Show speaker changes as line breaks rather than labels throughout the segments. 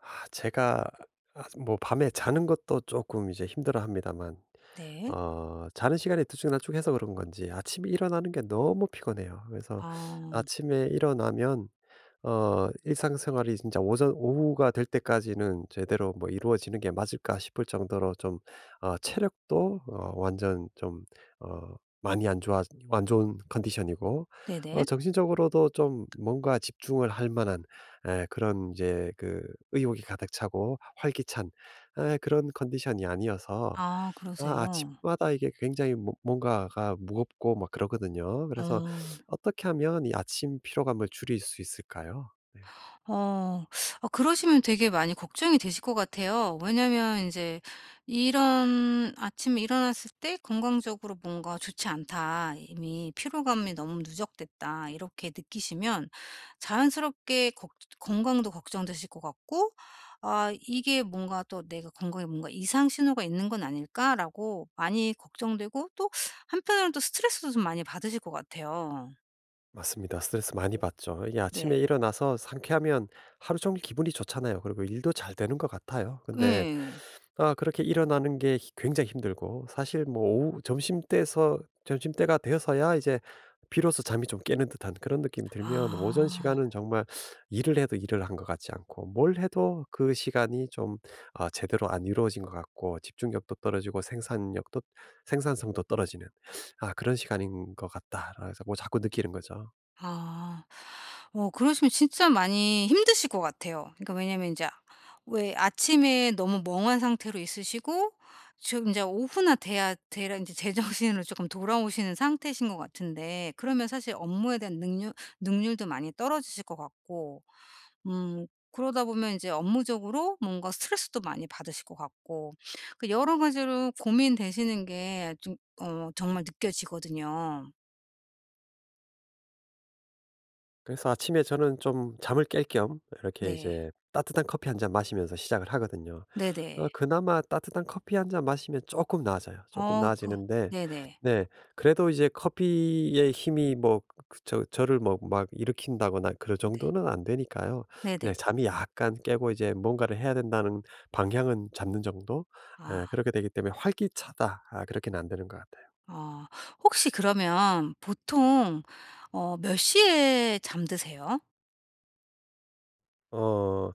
아 제가 아 뭐 밤에 자는 것도 조금 이제 힘들어합니다만,
네.
자는 시간이 들쭉날쭉해서 그런 건지 아침에 일어나는 게 너무 피곤해요. 그래서
아
아침에 일어나면 일상생활이 진짜 오전 오후가 될 때까지는 제대로 뭐 이루어지는 게 맞을까 싶을 정도로 좀, 체력도 완전 좀, 어 많이 안 좋은 컨디션이고,
네네.
정신적으로도 좀 뭔가 집중을 할 만한, 그런 이제 그 의욕이 가득 차고 활기찬, 그런 컨디션이 아니어서,
아 그러세요.
아침마다 이게 굉장히 뭐 뭔가가 무겁고 막 그러거든요. 그래서
어.
어떻게 하면 이 아침 피로감을 줄일 수 있을까요? 네.
어. 그러시면 되게 많이 걱정이 되실 것 같아요. 왜냐면 이제 이런 '아침에 일어났을 때 건강적으로 뭔가 좋지 않다. 이미 피로감이 너무 누적됐다.' 이렇게 느끼시면 자연스럽게 걱 건강도 걱정되실 것 같고 '아 이게 뭔가 또 내가 건강에 뭔가 이상 신호가 있는 건 아닐까?'라고 많이 걱정되고 또 한편으로는 또 스트레스도 좀 많이 받으실 것 같아요.
맞습니다. 스트레스 많이 받죠. 이게
네.
아침에 일어나서 상쾌하면 하루 종일 기분이 좋잖아요. 그리고 일도 잘 되는 것 같아요. 근데
예.
그렇게 일어나는 게 굉장히 힘들고 사실 뭐 오후 점심 때가 되어서야 이제 비로소 잠이 좀 깨는 듯한 그런 느낌이 들면, 오전
아.
시간은 정말 일을 해도 일을 한 것 같지 않고 뭘 해도 그 시간이 좀, 제대로 안 이루어진 것 같고 집중력도 떨어지고 생산력도 생산성도 떨어지는, 그런 시간인 것 같다라고 자꾸 느끼는 거죠.
아. 그러시면 진짜 많이 힘드실 것 같아요. 그러니까 왜냐면 이제 왜 아침에 너무 멍한 상태로 있으시고 지금 이제 오후나 돼야 이제 제정신으로 조금 돌아오시는 상태신 것 같은데, 그러면 사실 업무에 대한 능률도 많이 떨어지실 것 같고 그러다 보면 이제 업무적으로 뭔가 스트레스도 많이 받으실 것 같고 그 여러 가지로 고민되시는 게 좀 정말 느껴지거든요.
그래서 아침에 저는 좀 잠을 깰 겸 이렇게
네.
이제 따뜻한 커피 한 잔 마시면서 시작을 하거든요.
네네.
그나마 따뜻한 커피 한 잔 마시면 조금 나아져요.
어
조금
그
나아지는데,
네네.
네, 그래도 이제 커피의 힘이 뭐 그 저를 뭐 막 일으킨다거나 그럴
네.
정도는 안 되니까요.
네네.
그냥 잠이 약간 깨고 이제 뭔가를 해야 된다는 방향은 잡는 정도? 예,
아.
그렇게 되기 때문에 '활기차다.' 그렇게는 안 되는 것 같아요.
어. 혹시 그러면 보통 몇 시에 잠드세요?
어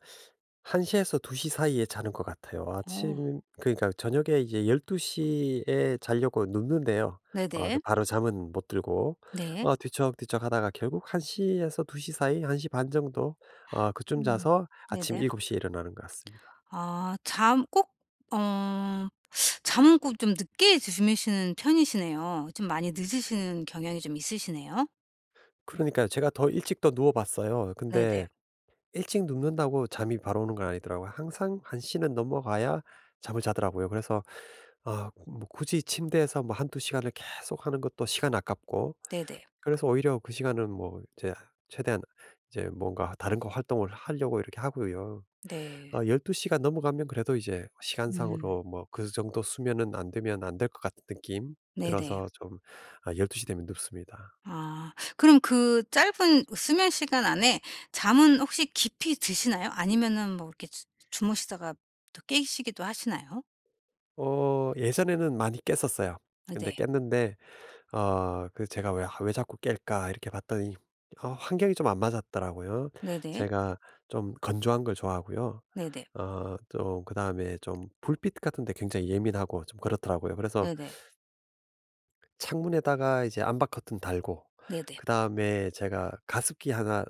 1시 에서 2시 사이에 자는 것 같아요.
어.
아침, 그러니까 저녁에 이제 1, 2시에 자려고 눕는데요. 그
네네.
바로 잠은 못 들고
네.
뒤척뒤척하다가 결국 1시 에서 2시 사이, 1시반 정도, 그쯤
음.
자서 아침
네네.
7시에 일어나는 것 같습니다.
아 잠 꼭 어 잠은 꼭 좀 늦게 주무시는 편이시네요. 좀 많이 늦으시는 경향이 좀 있으시네요.
그러니까요. 제가 더 일찍 더 누워 봤어요.
네네.
근데 일찍 눕는다고 잠이 바로 오는 건 아니더라고요. 항상 1시는 넘어가야 잠을 자더라고요. 그래서 뭐 굳이 침대에서 뭐 한두 시간을 계속 하는 것도 시간 아깝고,
네네.
그래서 오히려 그 시간은 뭐 이제 최대한 이제 뭔가 다른 거 활동을 하려고 이렇게 하고요.
네.
12 시가 넘어가면 그래도 이제
음.
시간상으로 뭐 그 정도 수면은 안 되면 안될 것 같은 느낌
네네.
들어서 좀, 12시 되면 눕습니다.
아. 그럼 그 짧은 수면 시간 안에 잠은 혹시 깊이 드시나요? 아니면은 뭐 이렇게 주 주무시다가 또 깨시기도 하시나요?
예전에는 많이 깼었어요.
아
근데
네.
깼는데, 그 제가 왜 자꾸 깰까?' 이렇게 봤더니, 환경이 좀 안 맞았더라고요.
네네.
제가 좀 건조한 걸 좋아하고요.
네네.
좀, 그다음에 좀 불빛 같은 데 굉장히 예민하고 좀 그렇더라고요. 그래서
네네.
창문에다가 이제 암바 커튼 달고,
네네.
그다음에 제가 가습기 하나,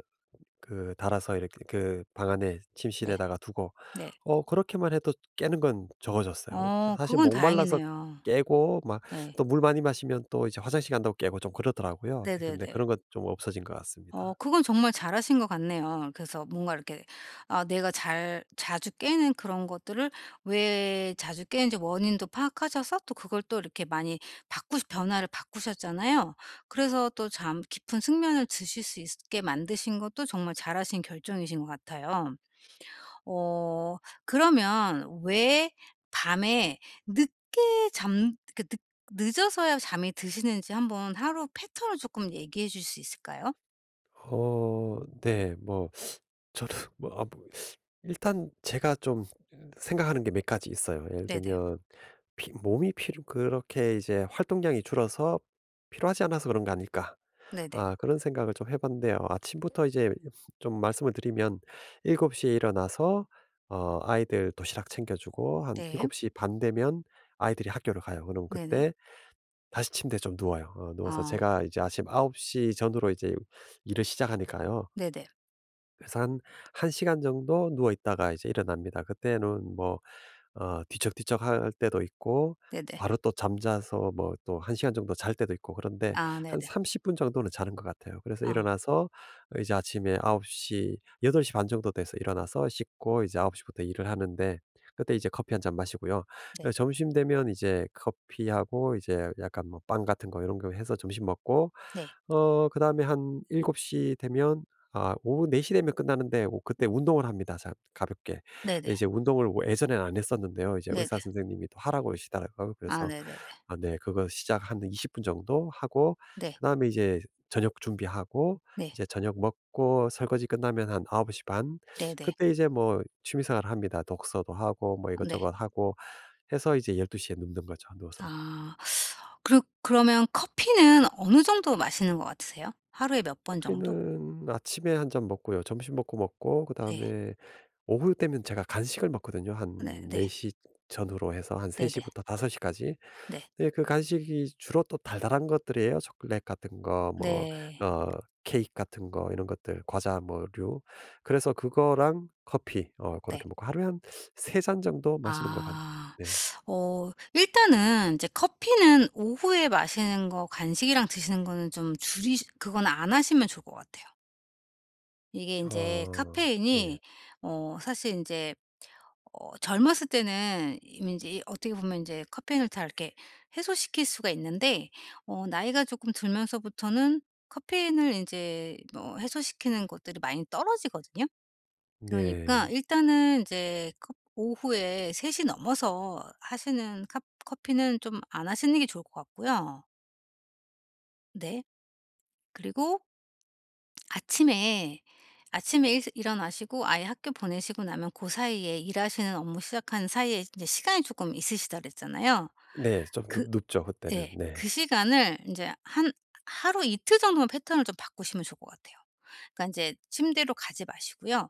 그 달아서 이렇게 그 방 안에
네.
침실에다가 두고,
네.
그렇게만 해도 깨는 건 적어졌어요.
어
사실
그건
목말라서
다행이네요.
깨고 막,
네.
또 물 많이 마시면 또 이제 화장실 간다고 깨고 좀 그러더라고요. 네, 근데
네네네.
그런 건 좀 없어진 것
어
같습니다.
그건 정말 잘하신 것 같네요. 그래서 뭔가 이렇게 아 내가 잘 자주 깨는 그런 것들을 왜 자주 깨는지 원인도 파악하셔서 또 그걸 또 이렇게 많이 바꾸 변화를 바꾸셨잖아요. 그래서 또 잠 깊은 숙면을 드실 수 있게 만드신 것도 정말 잘하신 결정이신 것 같아요. 어 그러면 왜 밤에 늦게 잠 그 늦 늦어서야 잠이 드시는지 한번 하루 패턴을 조금 얘기해 줄 수 있을까요?
네. 뭐 저는 뭐 뭐 일단 제가 좀 생각하는 게 몇 가지 있어요. 예를
네네.
들면, 피 몸이 필요 그렇게 이제 활동량이 줄어서 필요하지 않아서 그런 거 아닐까?'
네네.
그런 생각을 좀 해 봤는데요. 아침부터 이제 좀 말씀을 드리면, 7시에 일어나서 아이들 도시락 챙겨 주고 한
네.
7시반 되면 아이들이 학교를 가요. 그럼
네네.
그때 다시 침대에 좀 누워요. 누워서
아
제가 이제 아침 9시 전후로 이제 일을 시작하니까요.
네네.
그래서 한 1 시간 정도 누워 있다가 이제 일어납니다. 그때는 뭐 뒤척뒤척 할 때도 있고,
네네.
바로 또 잠자서 뭐 또 한 시간 정도 잘 때도 있고 그런데,
아
한
네네.
30분 정도는 자는 것 같아요. 그래서
아
일어나서 이제 아침에 9시8시반 정도 돼서 일어나서 씻고 이제 9시 부터 일을 하는데 그때 이제 커피 한 잔 마시고요. 예,
네.
점심 되면 이제 커피하고 이제 약간 뭐 빵 같은 거 이런 거 해서 점심 먹고,
네.
그다음에 한7곱시 되면 오후 4시 되면 끝나는데, 오, 그때 운동을 합니다, 자, 가볍게.
네네.
이제 운동을 뭐 예전에는 안 했었는데요. 이제
네네.
의사 선생님이 또 하라고 그러시더라고요.
아
그래서
네네네.
네, 그거 시작 한 20분 정도 하고,
네.
그다음에 이제 저녁 준비하고
네.
이제 저녁 먹고 설거지 끝나면 한9시반,
네네.
그때 이제 뭐 취미 생활을 합니다. 독서도 하고 뭐
네.
이것저것 하고 해서 이제 1, 2시에 눕는 거죠, 누워서.
아. 그러면 커피는 어느 정도 마시는 것 같으세요? 하루에 몇 번 정도?
커피는 아침에 한 잔 먹고요. 점심 먹고
네.
그다음에 오후 때면 제가 간식을 먹거든요.
네
한
네.
4시 전후로 해서 한3시
네네.
부터5시 까지.
네.
네, 그 간식이 주로 또 달달한 것들이에요. 초콜릿 같은 거 뭐
네.
어 케이크 같은 거 이런 것들, 과자 뭐류. 그래서 그거랑 커피 어렇
네.
게 먹고 하루에 한 세 잔 정도 마시는 것 같네요.
아.
네.
어 일단은 이제 커피는 오후에 마시는 거, 간식이랑 드시는 거는 좀 줄이 그건 안 하시면 좋을 것 같아요. 이게 인제
어
카페인이
네.
사실 인제 젊었을 때는 인제 어떻게 보면 인제 카페인을 다 이렇게 해소시킬 수가 있는데 나이가 쪼끔 들면서부터는 카페인을 인제 뭐 해소시키는 것들이 많이 떨어지거든요. 그러니까
네.
일단은 인제 컵 오후에 3시 넘어서 하시는 캅 커피는 좀 안 하시는 게 좋을 것 같고요. 네. 그리고 아침에 아침에 일 일어나시고 아이 학교 보내시고 나면 그 사이에 일하시는 업무 시작하는 사이에 이제 시간이 조금 있으시다 그랬잖아요.
네. 좀 눕
그
눕죠, 그때는.
예. 그
네.
시간을 이제 한 하루 이틀 정도만 패턴을 좀 바꾸시면 좋을 것 같아요. 그러니까 이제 침대로 가지 마시고요.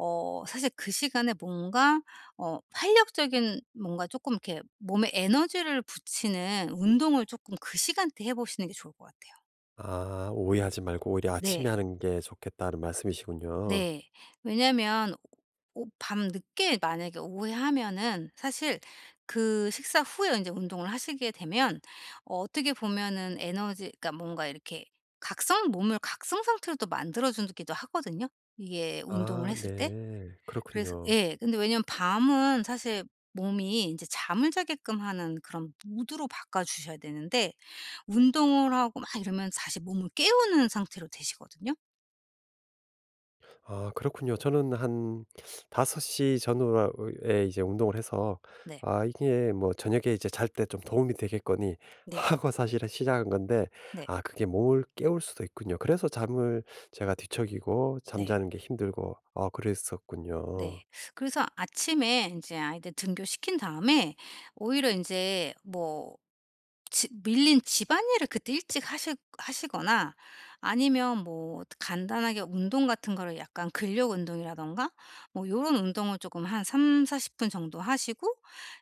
사실 그 시간에 뭔가 활력적인 뭔가 조금 이렇게 몸에 에너지를 붙이는 운동을 조금 그 시간대에 해 보시는 게 좋을 것 같아요.
오해하지 말고 오히려
네.
'아침에 하는 게 좋겠다.'는 말씀이시군요.
네. 왜냐면 오 밤늦게 만약에 오후하면은 사실 그 식사 후에 이제 운동을 하시게 되면 어떻게 보면은 에너지, 그러니까 뭔가 이렇게 각성 몸을 각성 상태로 또 만들어 주기도 하거든요, 이게 운동을 했을 때.
네.
그래서
그렇군요.
예. 근데 왜냐면 밤은 사실 몸이 이제 잠을 자게끔 하는 그런 무드로 바꿔 주셔야 되는데 운동을 하고 막 이러면 다시 몸을 깨우는 상태로 되시거든요.
그렇군요. 저는 한5시 전후에 이제 운동을 해서,
네.
'아 이게 뭐 저녁에 이제 잘 때 좀 도움이 되겠거니.'
네.
하고 사실은 시작한 건데,
네.
그게 몸을 깨울 수도 있군요. 그래서 잠을, 제가 뒤척이고
네.
잠자는 게 힘들고 그랬었군요.
네. 그래서 아침에 이제 아이들 등교시킨 다음에 오히려 인제 뭐 지 밀린 집안일을 그때 일찍 하실 하시거나 아니면 뭐 간단하게 운동 같은 거를 약간 근력 운동이라든가 뭐 요런 운동을 쪼금한3사4 0분 정도 하시고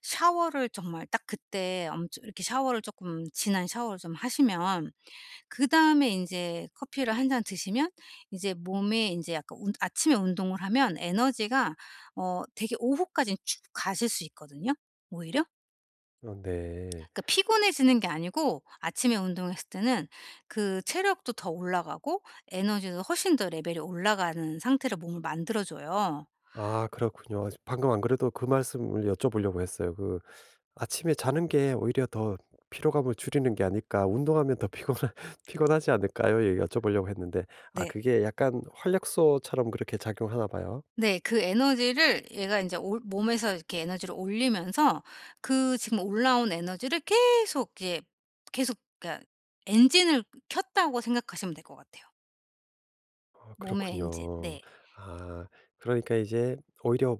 샤워를 정말 딱 그때 엄청 이렇게 샤워를 쪼끔 진한 샤워를 좀 하시면 그다음에 인제 커피를 한 잔 드시면 이제 몸에 인제 약간 운 아침에 운동을 하면 에너지가 되게 오후까지는 쭉 가실 수 있거든요, 오히려.
네.
그러니까 피곤해지는 게 아니고 아침에 운동했을 때는 그 체력도 더 올라가고 에너지도 훨씬 더 레벨이 올라가는 상태로 몸을 만들어 줘요.
그렇군요. 방금 안 그래도 그 말씀을 여쭤보려고 했어요. 그, 아침에 자는 게 오히려 더 피로감을 줄이는 게 아닐까? 운동하면 더 피곤하 피곤하지 않을까요? 예, 여쭤보려고 했는데,
네.
그게 약간 활력소처럼 그렇게 작용하나 봐요.
네. 그 에너지를 얘가 이제 올 몸에서 이렇게 에너지를 올리면서 그 지금 올라온 에너지를 계속, 그러니까 엔진을 켰다고 생각하시면 될 것 같아요. 몸의 엔진.
그렇군요.
네.
아 그러니까 이제 오히려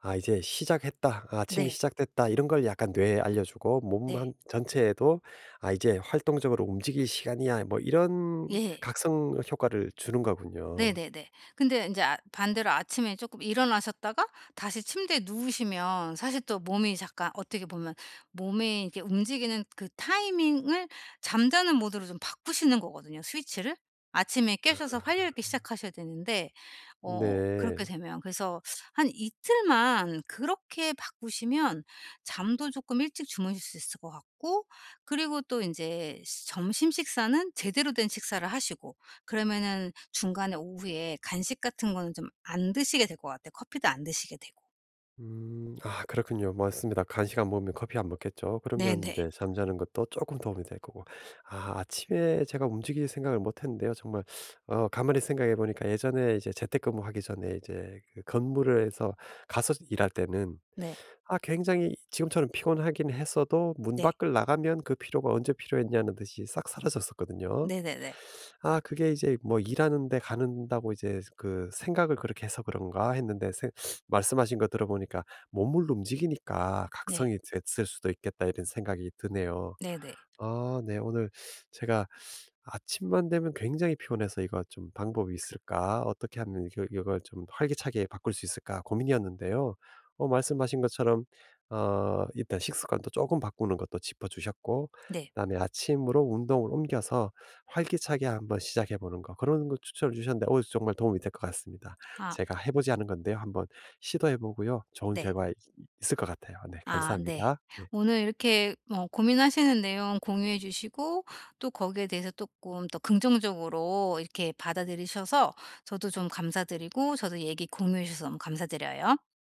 '아, 이제 시작했다. 아, 아침이
네.
시작됐다.' 이런 걸 약간 뇌에 알려주고 몸
네.
한 전체에도 '아, 이제 활동적으로 움직일 시간이야.' 뭐 이런
예.
각성 효과를 주는 거군요.
네네네. 근데 이제 아 반대로 아침에 조금 일어나셨다가 다시 침대에 누우시면 사실 또 몸이 잠깐 어떻게 보면 몸에 이렇게 움직이는 그 타이밍을 잠자는 모드로 좀 바꾸시는 거거든요, 스위치를. 아침에 깨셔서 활력 있게 시작하셔야 되는데 그렇게
네.
되면 그래서 한 이틀만 그렇게 바꾸시면 잠도 조금 일찍 주무실 수 있을 것 같고 그리고 또 이제 점심 식사는 제대로 된 식사를 하시고 그러면은 중간에 오후에 간식 같은 거는 좀 안 드시게 될 것 같아요. 커피도 안 드시게 되고.
음. 그렇군요. 맞습니다. 간식 안 먹으면 커피 안 먹겠죠. 그러면 이
네네.
제 잠자는 것도 조금 도움이 될 거고. 아침에 제가 움직일 생각을 못 했는데요. 정말 가만히 생각해 보니까 예전에 이제 재택근무하기 전에 이제 그 건물에서 가서 일할 때는,
네.
굉장히 지금처럼 피곤하긴 했어도 문
네.
밖을 나가면 그 피로가 언제 필요했냐는 듯이 싹 사라졌었거든요.
네네네.
그게 이제 뭐 '일하는 데 가는다고 이제 그 생각을 그렇게 해서 그런가?' 했는데 말씀하신 거 들어보니까 '몸을 움직이니까
네.
각성이 됐을 수도 있겠다.' 이런 생각이 드네요.
네네.
네. 오늘 제가 아침만 되면 굉장히 피곤해서 '이거 좀 방법이 있을까? 어떻게 하면 이거 이걸 좀 활기차게 바꿀 수 있을까?' 고민이었는데요. 말씀하신 것처럼 일단 식습관도 조금 바꾸는 것도 짚어 주셨고,
네.
그다음에 아침으로 운동을 옮겨서 활기차게 한번 시작해 보는 거, 그런 거 추천을 주셨는데, 오, 정말 도움이 될 것 같습니다.
아
제가 해 보지 않은 건데요. 한번 시도해 보고요. 좋은
네.
결과 있을 것 같아요. 네,
아 네.
감사합니다. 네.
오늘 이렇게 뭐 고민하시는 내용 공유해 주시고 또 거기에 대해서 쪼끔 더 긍정적으로 이렇게 받아들이셔서 저도 좀 감사드리고, 저도 얘기 공유해 주셔서 너무 감사드려요.